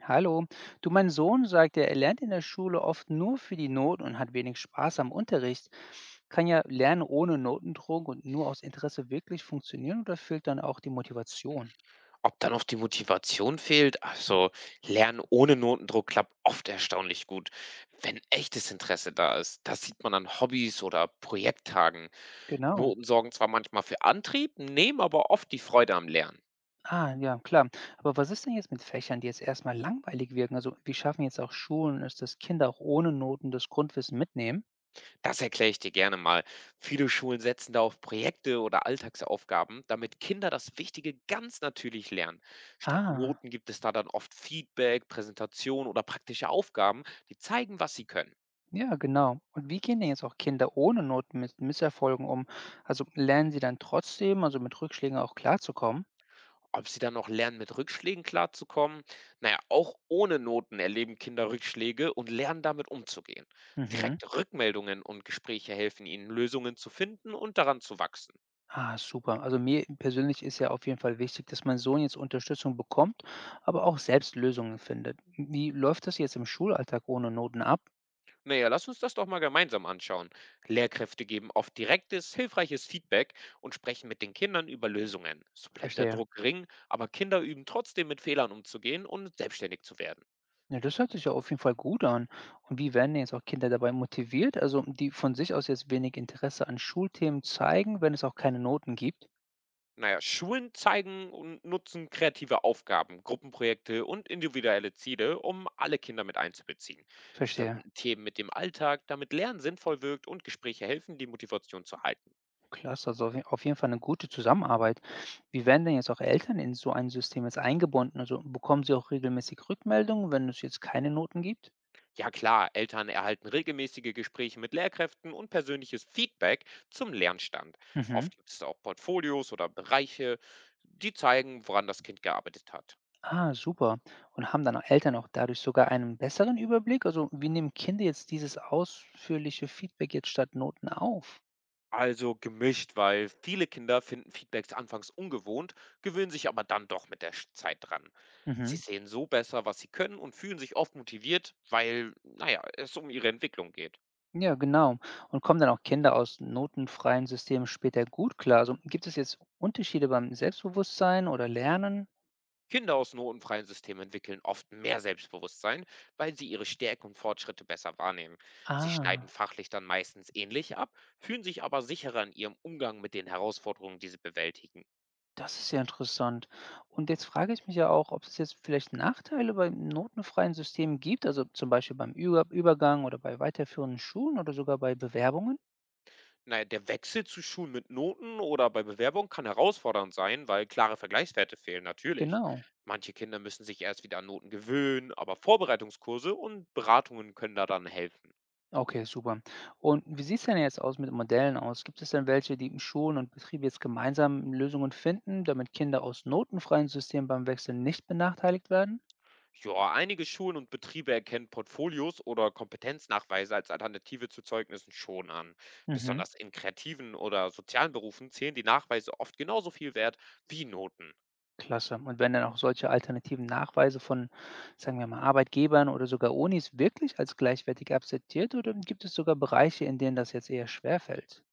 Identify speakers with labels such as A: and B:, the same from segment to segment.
A: Hallo, du, mein Sohn sagt, er lernt in der Schule oft nur für die Noten und hat wenig Spaß am Unterricht. Kann ja Lernen ohne Notendruck und nur aus Interesse wirklich funktionieren oder fehlt dann auch die Motivation?
B: Ob da noch die Motivation fehlt? Also, Lernen ohne Notendruck klappt oft erstaunlich gut, wenn echtes Interesse da ist. Das sieht man an Hobbys oder Projekttagen.
A: Genau.
B: Noten sorgen zwar manchmal für Antrieb, nehmen aber oft die Freude am Lernen.
A: Ah, ja, klar. Aber was ist denn jetzt mit Fächern, die jetzt erstmal langweilig wirken? Also, wie schaffen jetzt auch Schulen es, dass Kinder auch ohne Noten das Grundwissen mitnehmen?
B: Das erkläre ich dir gerne mal. Viele Schulen setzen da auf Projekte oder Alltagsaufgaben, damit Kinder das Wichtige ganz natürlich lernen. Statt
A: Ah,
B: Noten gibt es da dann oft Feedback, Präsentation oder praktische Aufgaben, die zeigen, was sie können.
A: ja, genau. Und wie gehen denn jetzt auch Kinder ohne Noten mit Misserfolgen um? Also, lernen sie dann trotzdem, also mit Rückschlägen auch klarzukommen?
B: Ob sie dann noch lernen, mit Rückschlägen klarzukommen? Na ja, auch ohne Noten erleben Kinder Rückschläge und lernen damit umzugehen.
A: Mhm.
B: Direkte Rückmeldungen und Gespräche helfen ihnen, Lösungen zu finden und daran zu wachsen.
A: Ah, super. Also mir persönlich ist ja auf jeden Fall wichtig, dass mein Sohn jetzt Unterstützung bekommt, aber auch selbst Lösungen findet. Wie läuft das jetzt im Schulalltag ohne Noten ab?
B: Na ja, lass uns das doch mal gemeinsam anschauen. Lehrkräfte geben oft direktes, hilfreiches Feedback und sprechen mit den Kindern über Lösungen. So bleibt der
A: Verstehe.
B: Druck gering, aber Kinder üben trotzdem mit Fehlern umzugehen und selbstständig zu werden.
A: Ja, das hört sich ja auf jeden Fall gut an. Und wie werden denn jetzt auch Kinder dabei motiviert, also die von sich aus jetzt wenig Interesse an Schulthemen zeigen, wenn es auch keine Noten gibt?
B: Na ja, Schulen zeigen und nutzen kreative Aufgaben, Gruppenprojekte und individuelle Ziele, um alle Kinder mit einzubeziehen. Sie
A: Verstehe.
B: verbinden Themen mit dem Alltag, damit Lernen sinnvoll wirkt und Gespräche helfen, die Motivation zu halten.
A: Klasse, also auf jeden Fall eine gute Zusammenarbeit. Wie werden denn jetzt auch Eltern in so ein System jetzt eingebunden? Also bekommen sie auch regelmäßig Rückmeldungen, wenn es jetzt keine Noten gibt?
B: Ja klar, Eltern erhalten regelmäßige Gespräche mit Lehrkräften und persönliches Feedback zum Lernstand.
A: Mhm.
B: Oft gibt es auch Portfolios oder Bereiche, die zeigen, woran das Kind gearbeitet hat.
A: Ah, super. Und haben dann auch Eltern auch dadurch sogar einen besseren Überblick? Also, wie nehmen Kinder jetzt dieses ausführliche Feedback jetzt statt Noten auf?
B: Also gemischt, weil viele Kinder finden Feedbacks anfangs ungewohnt, gewöhnen sich aber dann doch mit der Zeit dran. Sie
A: Mhm.
B: sehen so besser, was sie können und fühlen sich oft motiviert, weil, naja, es um ihre Entwicklung geht.
A: Ja, genau. Und kommen dann auch Kinder aus notenfreien Systemen später gut klar? Also, gibt es jetzt Unterschiede beim Selbstbewusstsein oder Lernen?
B: Kinder aus notenfreien Systemen entwickeln oft mehr Selbstbewusstsein, weil sie ihre Stärken und Fortschritte besser wahrnehmen. Sie schneiden
A: Ah,
B: fachlich dann meistens ähnlich ab, fühlen sich aber sicherer in ihrem Umgang mit den Herausforderungen, die sie bewältigen.
A: das ist ja interessant. Und jetzt frage ich mich ja auch, ob es jetzt vielleicht Nachteile bei notenfreien Systemen gibt, also zum Beispiel beim Übergang oder bei weiterführenden Schulen oder sogar bei Bewerbungen?
B: Na ja, der Wechsel zu Schulen mit Noten oder bei Bewerbung kann herausfordernd sein, weil klare Vergleichswerte fehlen, natürlich.
A: Genau.
B: Manche Kinder müssen sich erst wieder an Noten gewöhnen, aber Vorbereitungskurse und Beratungen können da dann helfen.
A: Okay, super. Und wie sieht es denn jetzt aus mit Modellen aus? Gibt es denn welche, die Schulen und Betriebe jetzt gemeinsam Lösungen finden, damit Kinder aus notenfreien Systemen beim Wechsel nicht benachteiligt werden?
B: Ja, einige Schulen und Betriebe erkennen Portfolios oder Kompetenznachweise als Alternative zu Zeugnissen schon an.
A: Mhm,
B: Besonders in kreativen oder sozialen Berufen zählen die Nachweise oft genauso viel wert wie Noten.
A: klasse. Und werden dann auch solche alternativen Nachweise von, sagen wir mal, Arbeitgebern oder sogar Unis wirklich als gleichwertig akzeptiert oder gibt es sogar Bereiche, in denen das jetzt eher schwerfällt?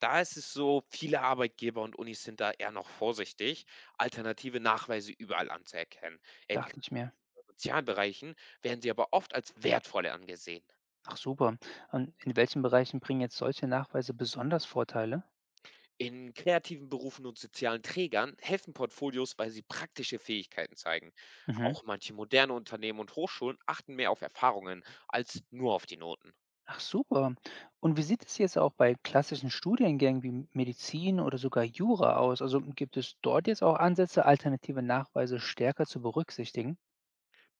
B: Da ist es so, viele Arbeitgeber und Unis sind da eher noch vorsichtig, alternative Nachweise überall anzuerkennen. In
A: Dachte ich mir.
B: Sozialbereichen werden sie aber oft als wertvolle angesehen.
A: Ach super. Und in welchen Bereichen bringen jetzt solche Nachweise besonders Vorteile?
B: In kreativen Berufen und sozialen Trägern helfen Portfolios, weil sie praktische Fähigkeiten zeigen.
A: Mhm.
B: Auch manche moderne Unternehmen und Hochschulen achten mehr auf Erfahrungen als nur auf die Noten.
A: Ach super. Und wie sieht es jetzt auch bei klassischen Studiengängen wie Medizin oder sogar Jura aus? Also hm, gibt es dort jetzt auch Ansätze, alternative Nachweise stärker zu berücksichtigen?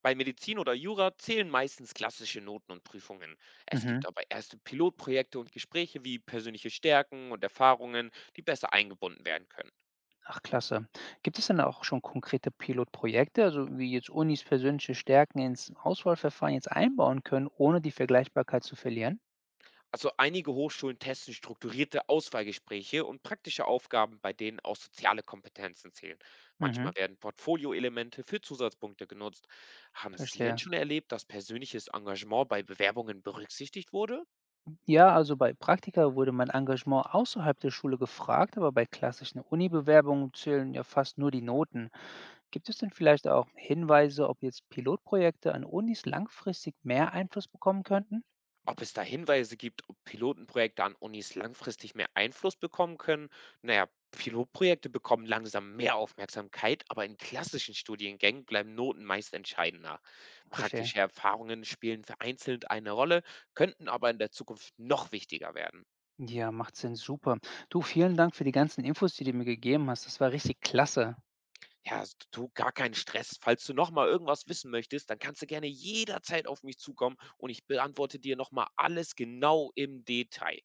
B: Bei Medizin oder Jura zählen meistens klassische Noten und Prüfungen. Es gibt
A: Mhm.
B: aber erste Pilotprojekte und Gespräche wie persönliche Stärken und Erfahrungen, die besser eingebunden werden können.
A: Ach klasse. Gibt es denn auch schon konkrete Pilotprojekte, also wie jetzt Unis persönliche Stärken ins Auswahlverfahren jetzt einbauen können, ohne die Vergleichbarkeit zu verlieren?
B: Also einige Hochschulen testen strukturierte Auswahlgespräche und praktische Aufgaben, bei denen auch soziale Kompetenzen zählen.
A: Mhm.
B: Manchmal werden Portfolioelemente für Zusatzpunkte genutzt. Haben Sie denn
A: Verstehe.
B: schon erlebt, dass persönliches Engagement bei Bewerbungen berücksichtigt wurde?
A: Ja, also bei Praktika wurde mein Engagement außerhalb der Schule gefragt, aber bei klassischen Uni-Bewerbungen zählen ja fast nur die Noten. Gibt es denn vielleicht auch Hinweise, ob jetzt Pilotprojekte an Unis langfristig mehr Einfluss bekommen könnten?
B: Ob es da Hinweise gibt, ob Pilotenprojekte an Unis langfristig mehr Einfluss bekommen können? Naja, Pilotprojekte bekommen langsam mehr Aufmerksamkeit, aber in klassischen Studiengängen bleiben Noten meist entscheidender.
A: Verstehe.
B: Praktische Erfahrungen spielen vereinzelt eine Rolle, könnten aber in der Zukunft noch wichtiger werden.
A: Ja, macht Sinn, super. Du, vielen Dank für die ganzen Infos, die du mir gegeben hast. Das war richtig klasse.
B: Ja, du gar keinen Stress. Falls du nochmal irgendwas wissen möchtest, dann kannst du gerne jederzeit auf mich zukommen und ich beantworte dir nochmal alles genau im Detail.